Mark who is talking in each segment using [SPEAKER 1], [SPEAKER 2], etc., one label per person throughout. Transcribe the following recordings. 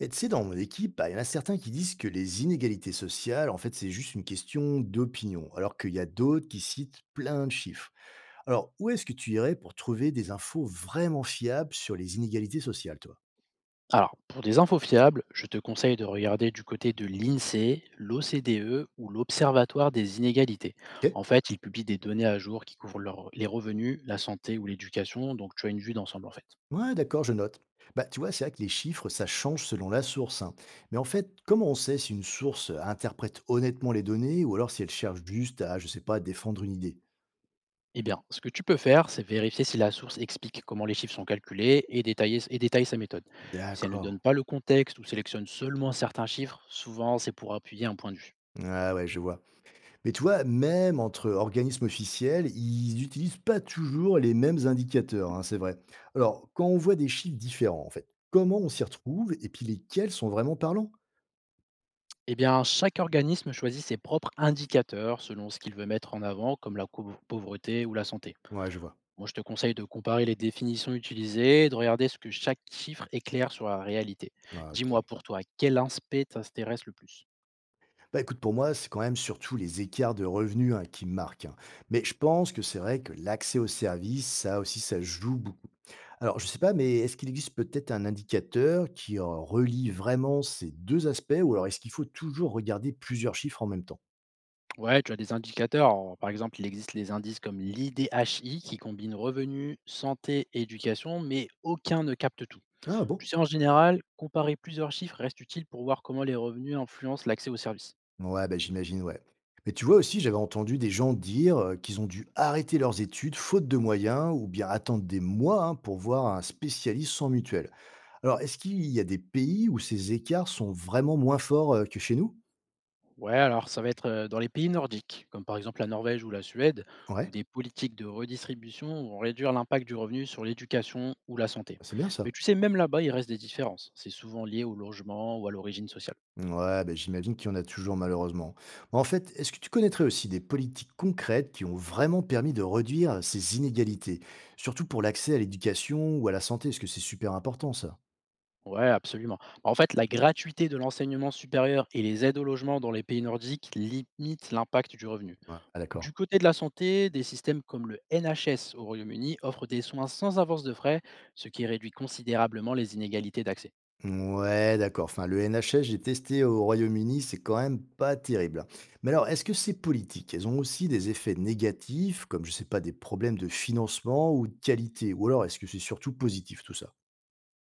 [SPEAKER 1] Et tu sais, dans mon équipe, bah, il y en a certains qui disent que les inégalités sociales, en fait, c'est juste une question d'opinion, alors qu'il y a d'autres qui citent plein de chiffres. Alors, où est-ce que tu irais pour trouver des infos vraiment fiables sur les inégalités sociales, toi?
[SPEAKER 2] Alors, pour des infos fiables, je te conseille de regarder du côté de l'INSEE, l'OCDE ou l'Observatoire des inégalités.
[SPEAKER 1] Ok.
[SPEAKER 2] En fait, ils publient des données à jour qui couvrent les revenus, la santé ou l'éducation, donc tu as une vue d'ensemble en fait.
[SPEAKER 1] Ouais, d'accord, je note. Bah, tu vois, c'est vrai que les chiffres, ça change selon la source, hein. Mais en fait, comment on sait si une source interprète honnêtement les données ou alors si elle cherche juste à, je sais pas, défendre une idée?
[SPEAKER 2] Eh bien, ce que tu peux faire, c'est vérifier si la source explique comment les chiffres sont calculés et détaille sa méthode. Si elle ne
[SPEAKER 1] D'accord.
[SPEAKER 2] donne pas le contexte ou sélectionne seulement certains chiffres, souvent c'est pour appuyer un point de vue.
[SPEAKER 1] Ah ouais, je vois. Mais tu vois, même entre organismes officiels, ils n'utilisent pas toujours les mêmes indicateurs, hein, c'est vrai. Alors, quand on voit des chiffres différents, en fait, comment on s'y retrouve et puis lesquels sont vraiment parlants?
[SPEAKER 2] Eh bien, chaque organisme choisit ses propres indicateurs selon ce qu'il veut mettre en avant, comme pauvreté ou la santé.
[SPEAKER 1] Ouais, je vois.
[SPEAKER 2] Moi, je te conseille de comparer les définitions utilisées, de regarder ce que chaque chiffre éclaire sur la réalité.
[SPEAKER 1] Ah, ok.
[SPEAKER 2] Dis-moi pour toi, quel aspect t'intéresse le plus?
[SPEAKER 1] Bah écoute, pour moi, c'est quand même surtout les écarts de revenus, hein, qui me marquent, hein. Mais je pense que c'est vrai que l'accès aux services, ça aussi, ça joue beaucoup. Alors, je sais pas, mais est-ce qu'il existe peut-être un indicateur qui relie vraiment ces deux aspects ou alors est-ce qu'il faut toujours regarder plusieurs chiffres en même temps?
[SPEAKER 2] Ouais, tu as des indicateurs. Alors, par exemple, il existe les indices comme l'IDHI qui combine revenus, santé et éducation, mais aucun ne capte tout.
[SPEAKER 1] Ah
[SPEAKER 2] Tu
[SPEAKER 1] bon?
[SPEAKER 2] sais, en général, comparer plusieurs chiffres reste utile pour voir comment les revenus influencent l'accès aux services.
[SPEAKER 1] Ouais, bah, j'imagine, ouais. Mais tu vois aussi, j'avais entendu des gens dire qu'ils ont dû arrêter leurs études faute de moyens ou bien attendre des mois, hein, pour voir un spécialiste sans mutuelle. Alors, est-ce qu'il y a des pays où ces écarts sont vraiment moins forts que chez nous?
[SPEAKER 2] Ouais, alors ça va être dans les pays nordiques, comme par exemple la Norvège ou la Suède, où
[SPEAKER 1] Ouais,
[SPEAKER 2] des politiques de redistribution vont réduire l'impact du revenu sur l'éducation ou la santé.
[SPEAKER 1] c'est bien ça.
[SPEAKER 2] Mais tu sais, même là-bas, il reste des différences. C'est souvent lié au logement ou à l'origine sociale.
[SPEAKER 1] Ouais, bah, j'imagine qu'il y en a toujours malheureusement. En fait, est-ce que tu connaîtrais aussi des politiques concrètes qui ont vraiment permis de réduire ces inégalités, surtout pour l'accès à l'éducation ou à la santé? Est-ce que c'est super important ça.
[SPEAKER 2] Ouais, absolument. Bah, en fait, la gratuité de l'enseignement supérieur et les aides au logement dans les pays nordiques limitent l'impact du revenu.
[SPEAKER 1] Ouais, ah, d'accord.
[SPEAKER 2] Du côté de la santé, des systèmes comme le NHS au Royaume-Uni offrent des soins sans avance de frais, ce qui réduit considérablement les inégalités d'accès.
[SPEAKER 1] Ouais, d'accord. Enfin, le NHS, j'ai testé au Royaume-Uni, c'est quand même pas terrible. Mais alors, est-ce que ces politiques, elles ont aussi des effets négatifs, comme, je sais pas, des problèmes de financement ou de qualité? Ou alors, est-ce que c'est surtout positif tout ça?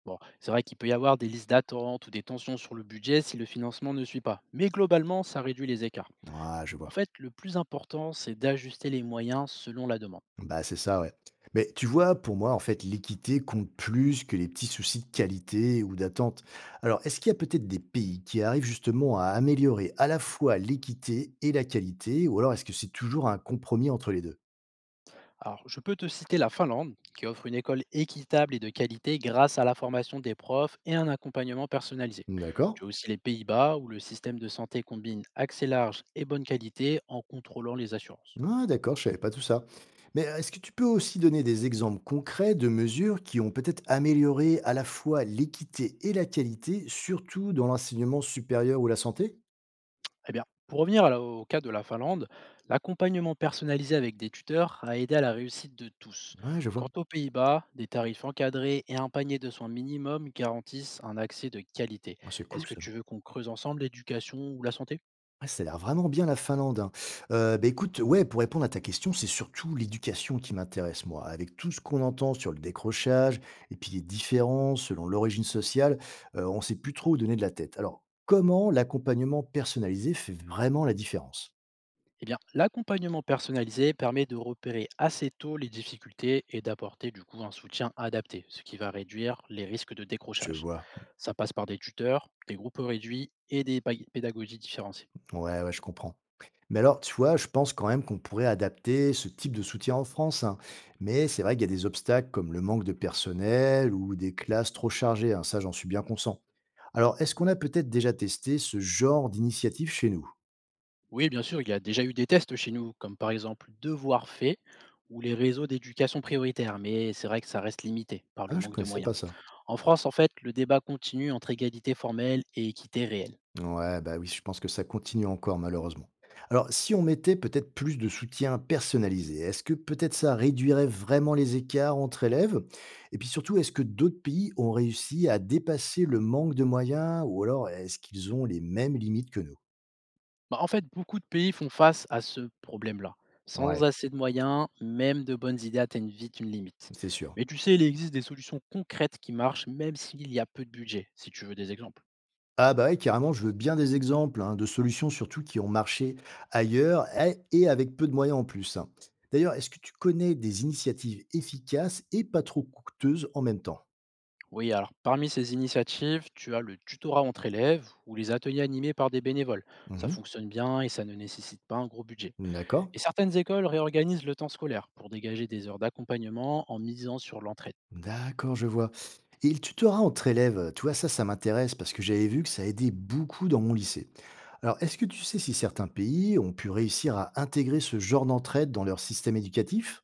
[SPEAKER 2] Bon, c'est vrai qu'il peut y avoir des listes d'attente ou des tensions sur le budget si le financement ne suit pas, mais globalement, ça réduit les écarts.
[SPEAKER 1] Ouais, je
[SPEAKER 2] En
[SPEAKER 1] vois.
[SPEAKER 2] fait, le plus important, c'est d'ajuster les moyens selon la demande.
[SPEAKER 1] Bah, c'est ça, ouais. Mais tu vois, pour moi, en fait, l'équité compte plus que les petits soucis de qualité ou d'attente. Alors, est-ce qu'il y a peut-être des pays qui arrivent justement à améliorer à la fois l'équité et la qualité, ou alors est-ce que c'est toujours un compromis entre les deux?
[SPEAKER 2] Alors, je peux te citer la Finlande, qui offre une école équitable et de qualité grâce à la formation des profs et un accompagnement personnalisé.
[SPEAKER 1] D'accord?
[SPEAKER 2] Tu as aussi les Pays-Bas, où le système de santé combine accès large et bonne qualité en contrôlant les assurances.
[SPEAKER 1] Ah d'accord, je savais pas tout ça. Mais est-ce que tu peux aussi donner des exemples concrets de mesures qui ont peut-être amélioré à la fois l'équité et la qualité, surtout dans l'enseignement supérieur ou la santé?
[SPEAKER 2] Eh bien, pour revenir au cas de la Finlande, l'accompagnement personnalisé avec des tuteurs a aidé à la réussite de tous.
[SPEAKER 1] Ouais, je vois.
[SPEAKER 2] Quant aux Pays-Bas, des tarifs encadrés et un panier de soins minimum garantissent un accès de qualité.
[SPEAKER 1] Ah, c'est
[SPEAKER 2] Est-ce
[SPEAKER 1] cool
[SPEAKER 2] que
[SPEAKER 1] ça.
[SPEAKER 2] tu veux qu'on creuse ensemble l'éducation ou la santé?
[SPEAKER 1] Ouais, ça a l'air vraiment bien la Finlande, hein. Bah écoute, ouais, pour répondre à ta question, c'est surtout l'éducation qui m'intéresse, moi. Avec tout ce qu'on entend sur le décrochage et puis les différences selon l'origine sociale, on ne sait plus trop où donner de la tête. Alors, comment l'accompagnement personnalisé fait vraiment la différence?
[SPEAKER 2] Eh bien, l'accompagnement personnalisé permet de repérer assez tôt les difficultés et d'apporter du coup un soutien adapté, ce qui va réduire les risques de
[SPEAKER 1] Je
[SPEAKER 2] décrochage.
[SPEAKER 1] vois.
[SPEAKER 2] Ça passe par des tuteurs, des groupes réduits et pédagogies différenciées.
[SPEAKER 1] Ouais, ouais, je comprends. Mais alors, tu vois, je pense quand même qu'on pourrait adapter ce type de soutien en France, hein. Mais c'est vrai qu'il y a des obstacles comme le manque de personnel ou des classes trop chargées, hein. Ça, j'en suis bien conscient. Alors, est-ce qu'on a peut-être déjà testé ce genre d'initiative chez nous?
[SPEAKER 2] Oui, bien sûr, il y a déjà eu des tests chez nous, comme par exemple Devoir fait ou les réseaux d'éducation prioritaire, mais c'est vrai que ça reste limité par le
[SPEAKER 1] Ah, je
[SPEAKER 2] manque de
[SPEAKER 1] connaissais
[SPEAKER 2] moyens.
[SPEAKER 1] pas ça.
[SPEAKER 2] En France, en fait, le débat continue entre égalité formelle et équité réelle.
[SPEAKER 1] Ouais, bah oui, je pense que ça continue encore malheureusement. Alors, si on mettait peut-être plus de soutien personnalisé, est-ce que peut-être ça réduirait vraiment les écarts entre élèves? Et puis surtout, est-ce que d'autres pays ont réussi à dépasser le manque de moyens ou alors est-ce qu'ils ont les mêmes limites que nous?
[SPEAKER 2] Bah, en fait, beaucoup de pays font face à ce problème-là.
[SPEAKER 1] Ouais,
[SPEAKER 2] Sans assez de moyens, même de bonnes idées atteignent vite une limite.
[SPEAKER 1] c'est sûr.
[SPEAKER 2] Mais tu sais, il existe des solutions concrètes qui marchent, même s'il y a peu de budget, si tu veux des exemples.
[SPEAKER 1] Ah bah ouais, carrément, je veux bien des exemples, hein, de solutions surtout qui ont marché ailleurs et avec peu de moyens en plus, hein. D'ailleurs, est-ce que tu connais des initiatives efficaces et pas trop coûteuses en même temps?
[SPEAKER 2] Oui, alors parmi ces initiatives, tu as le tutorat entre élèves ou les ateliers animés par des bénévoles. Ça
[SPEAKER 1] Mhm.
[SPEAKER 2] fonctionne bien et ça ne nécessite pas un gros budget.
[SPEAKER 1] D'accord.
[SPEAKER 2] Et certaines écoles réorganisent le temps scolaire pour dégager des heures d'accompagnement en misant sur l'entraide.
[SPEAKER 1] D'accord, je vois. Et le tutorat entre élèves, tu vois, ça m'intéresse parce que j'avais vu que ça aidait beaucoup dans mon lycée. Alors, est-ce que tu sais si certains pays ont pu réussir à intégrer ce genre d'entraide dans leur système éducatif?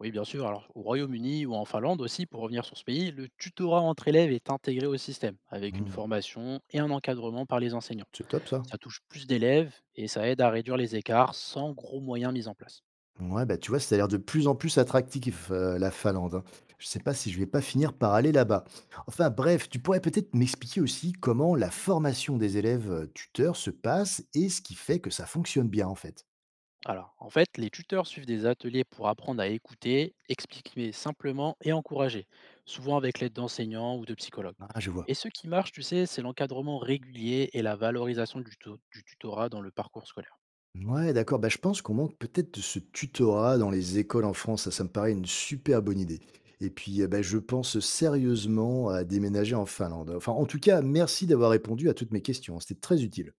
[SPEAKER 2] Oui, bien sûr, alors au Royaume-Uni ou en Finlande aussi, pour revenir sur ce pays, le tutorat entre élèves est intégré au système, avec une
[SPEAKER 1] Hmm,
[SPEAKER 2] formation et un encadrement par les enseignants.
[SPEAKER 1] c'est top ça.
[SPEAKER 2] Ça touche plus d'élèves et ça aide à réduire les écarts sans gros moyens mis en place.
[SPEAKER 1] Ouais, bah tu vois, ça a l'air de plus en plus attractif, la Finlande, hein. Je sais pas si je vais pas finir par aller là-bas. Enfin bref, tu pourrais peut-être m'expliquer aussi comment la formation des élèves tuteurs se passe et ce qui fait que ça fonctionne bien en fait.
[SPEAKER 2] Alors, en fait, les tuteurs suivent des ateliers pour apprendre à écouter, expliquer simplement et encourager, souvent avec l'aide d'enseignants ou de psychologues.
[SPEAKER 1] Ah, je vois.
[SPEAKER 2] Et ce qui marche, tu sais, c'est l'encadrement régulier et la valorisation du tutorat dans le parcours scolaire.
[SPEAKER 1] Ouais, d'accord. Bah, je pense qu'on manque peut-être de ce tutorat dans les écoles en France. Ça me paraît une super bonne idée. Et puis, bah, je pense sérieusement à déménager en Finlande. Enfin, en tout cas, merci d'avoir répondu à toutes mes questions. C'était très utile.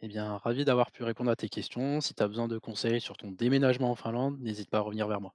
[SPEAKER 2] Eh bien, ravi d'avoir pu répondre à tes questions. Si tu as besoin de conseils sur ton déménagement en Finlande, n'hésite pas à revenir vers moi.